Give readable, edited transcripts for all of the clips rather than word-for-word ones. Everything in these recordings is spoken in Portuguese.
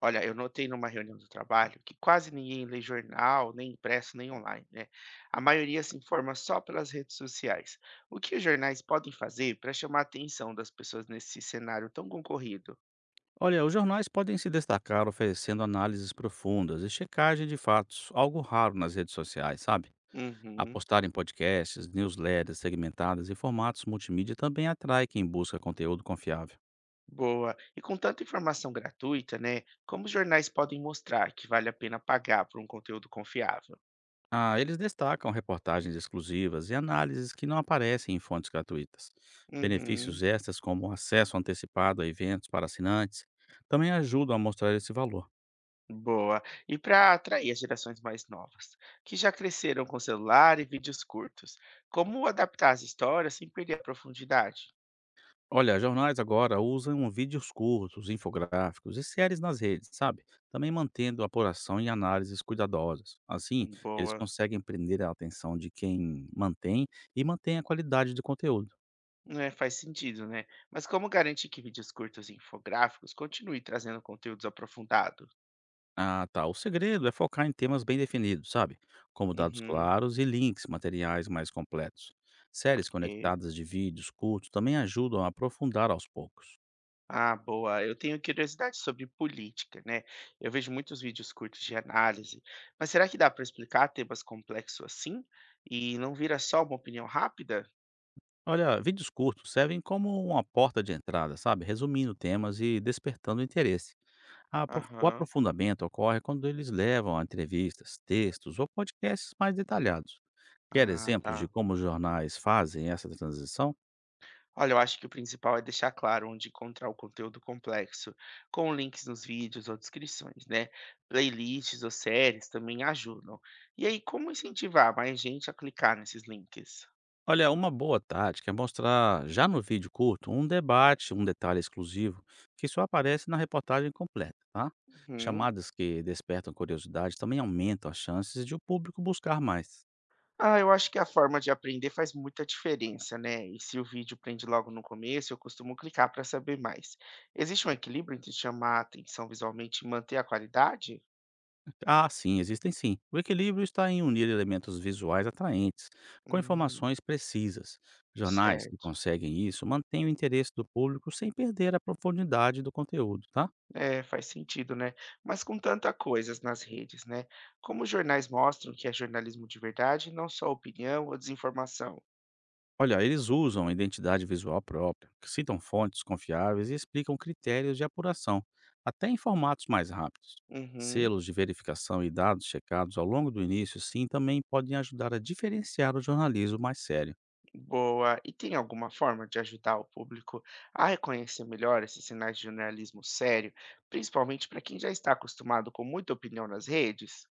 Olha, eu notei numa reunião do trabalho que quase ninguém lê jornal, nem impresso, nem online, né? A maioria se informa só pelas redes sociais. O que os jornais podem fazer para chamar a atenção das pessoas nesse cenário tão concorrido? Olha, os jornais podem se destacar oferecendo análises profundas e checagem de fatos, algo raro nas redes sociais, sabe? Uhum, Apostar em podcasts, newsletters segmentadas e formatos multimídia também atrai quem busca conteúdo confiável. boa. E com tanta informação gratuita, né? Como os jornais podem mostrar que vale a pena pagar por um conteúdo confiável? Ah, eles destacam reportagens exclusivas e análises que não aparecem em fontes gratuitas. Uhum. Benefícios extras, como acesso antecipado a eventos para assinantes, também ajudam a mostrar esse valor. Boa. E para atrair as gerações mais novas, que já cresceram com celular e vídeos curtos, como adaptar as histórias sem perder a profundidade? Olha, jornais agora usam vídeos curtos, infográficos e séries nas redes, sabe? Também mantendo apuração e análises cuidadosas. Assim, eles Boa. conseguem prender a atenção de quem mantém e mantém a qualidade do conteúdo. É, faz sentido, né? Mas como garantir que vídeos curtos e infográficos continuem trazendo conteúdos aprofundados? Ah, tá. O segredo é focar em temas bem definidos, sabe? Como dados Uhum. claros e links materiais mais completos. Séries Ok. conectadas de vídeos curtos também ajudam a aprofundar aos poucos. Ah, boa. Eu tenho curiosidade sobre política, né? Eu vejo muitos vídeos curtos de análise, mas será que dá para explicar temas complexos assim e não vira só uma opinião rápida? Olha, vídeos curtos servem como uma porta de entrada, sabe? Resumindo temas e despertando interesse. O Aham. aprofundamento ocorre quando eles levam a entrevistas, textos ou podcasts mais detalhados. Quer Ah, exemplos de tá. como os jornais fazem essa transição? Olha, eu acho que o principal é deixar claro onde encontrar o conteúdo complexo, com links nos vídeos ou descrições, né? Playlists ou séries também ajudam. E aí, como incentivar mais gente a clicar nesses links? Olha, uma boa tática é mostrar já no vídeo curto um debate, um detalhe exclusivo que só aparece na reportagem completa, tá? Uhum. Chamadas que despertam curiosidade também aumentam as chances de o público buscar mais. Ah, eu acho que a forma de aprender faz muita diferença, né? E se o vídeo prende logo no começo, eu costumo clicar para saber mais. Existe um equilíbrio entre chamar a atenção visualmente e manter a qualidade? Ah, sim, existem sim. O equilíbrio está em unir elementos visuais atraentes com Hum, informações precisas. Jornais que certo. conseguem isso mantêm o interesse do público sem perder a profundidade do conteúdo, tá? É, faz sentido, né? Mas com tanta coisas nas redes, né? Como os jornais mostram que é jornalismo de verdade, e não só opinião ou desinformação? Olha, eles usam a identidade visual própria, citam fontes confiáveis e explicam critérios de apuração, até em formatos mais rápidos. Uhum, Selos de verificação e dados checados ao longo do início, sim, também podem ajudar a diferenciar o jornalismo mais sério. boa. E tem alguma forma de ajudar o público a reconhecer melhor esses sinais de jornalismo sério, principalmente para quem já está acostumado com muita opinião nas redes?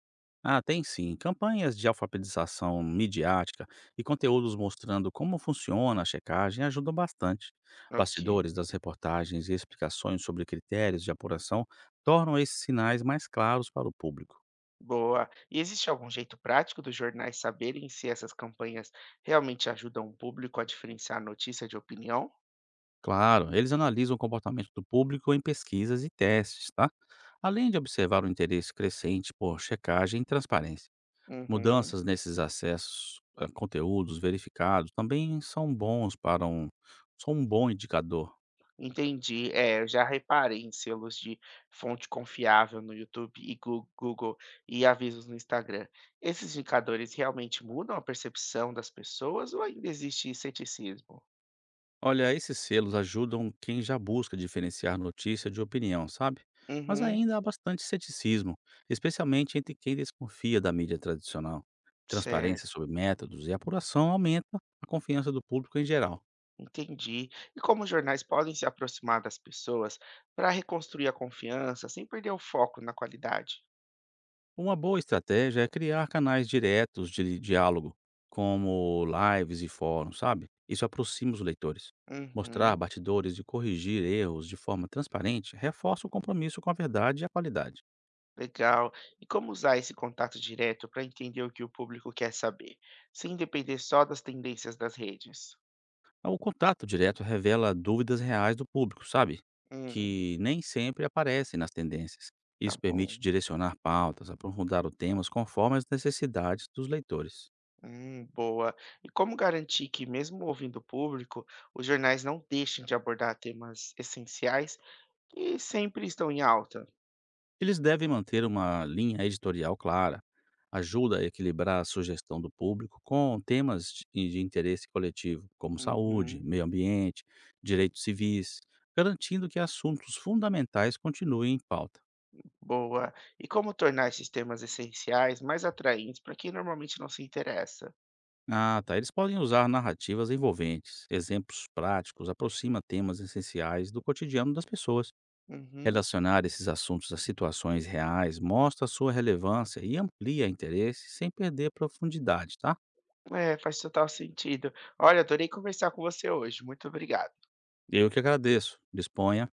Ah, tem sim. Campanhas de alfabetização midiática e conteúdos mostrando como funciona a checagem ajudam bastante. Ok, Bastidores das reportagens e explicações sobre critérios de apuração tornam esses sinais mais claros para o público. boa. E existe algum jeito prático dos jornais saberem se essas campanhas realmente ajudam o público a diferenciar notícia de opinião? Claro, eles analisam o comportamento do público em pesquisas e testes, tá? Além de observar o interesse crescente por checagem e transparência. Uhum. Mudanças nesses acessos a conteúdos verificados também são um bom indicador. Entendi. É, eu já reparei em selos de fonte confiável no YouTube e Google e avisos no Instagram. Esses indicadores realmente mudam a percepção das pessoas ou ainda existe ceticismo? Olha, esses selos ajudam quem já busca diferenciar notícia de opinião, sabe? Mas Uhum, ainda há bastante ceticismo, especialmente entre quem desconfia da mídia tradicional. Transparência certo, sobre métodos e apuração aumenta a confiança do público em geral. entendi. E como os jornais podem se aproximar das pessoas para reconstruir a confiança sem perder o foco na qualidade? Uma boa estratégia é criar canais diretos de diálogo, como lives e fóruns, sabe? Isso aproxima os leitores. Mostrar Uhum, batidores e corrigir erros de forma transparente reforça o compromisso com a verdade e a qualidade. legal. E como usar esse contato direto para entender o que o público quer saber, sem depender só das tendências das redes? O contato direto revela dúvidas reais do público, sabe? Hum, Que nem sempre aparecem nas tendências. tá Isso bom. permite direcionar pautas, aprofundar os temas conforme as necessidades dos leitores. Boa. E como garantir que, mesmo ouvindo o público, os jornais não deixem de abordar temas essenciais que sempre estão em alta? Eles devem manter uma linha editorial clara, ajuda a equilibrar a sugestão do público com temas de interesse coletivo, como saúde, Uhum, meio ambiente, direitos civis, garantindo que assuntos fundamentais continuem em pauta. boa. E como tornar esses temas essenciais mais atraentes para quem normalmente não se interessa? Ah, tá. Eles podem usar narrativas envolventes, exemplos práticos, aproxima temas essenciais do cotidiano das pessoas. Uhum, Relacionar esses assuntos a situações reais mostra sua relevância e amplia interesse sem perder profundidade, tá? é, faz total sentido. Olha, adorei conversar com você hoje. Muito obrigado. Eu que agradeço. Disponha.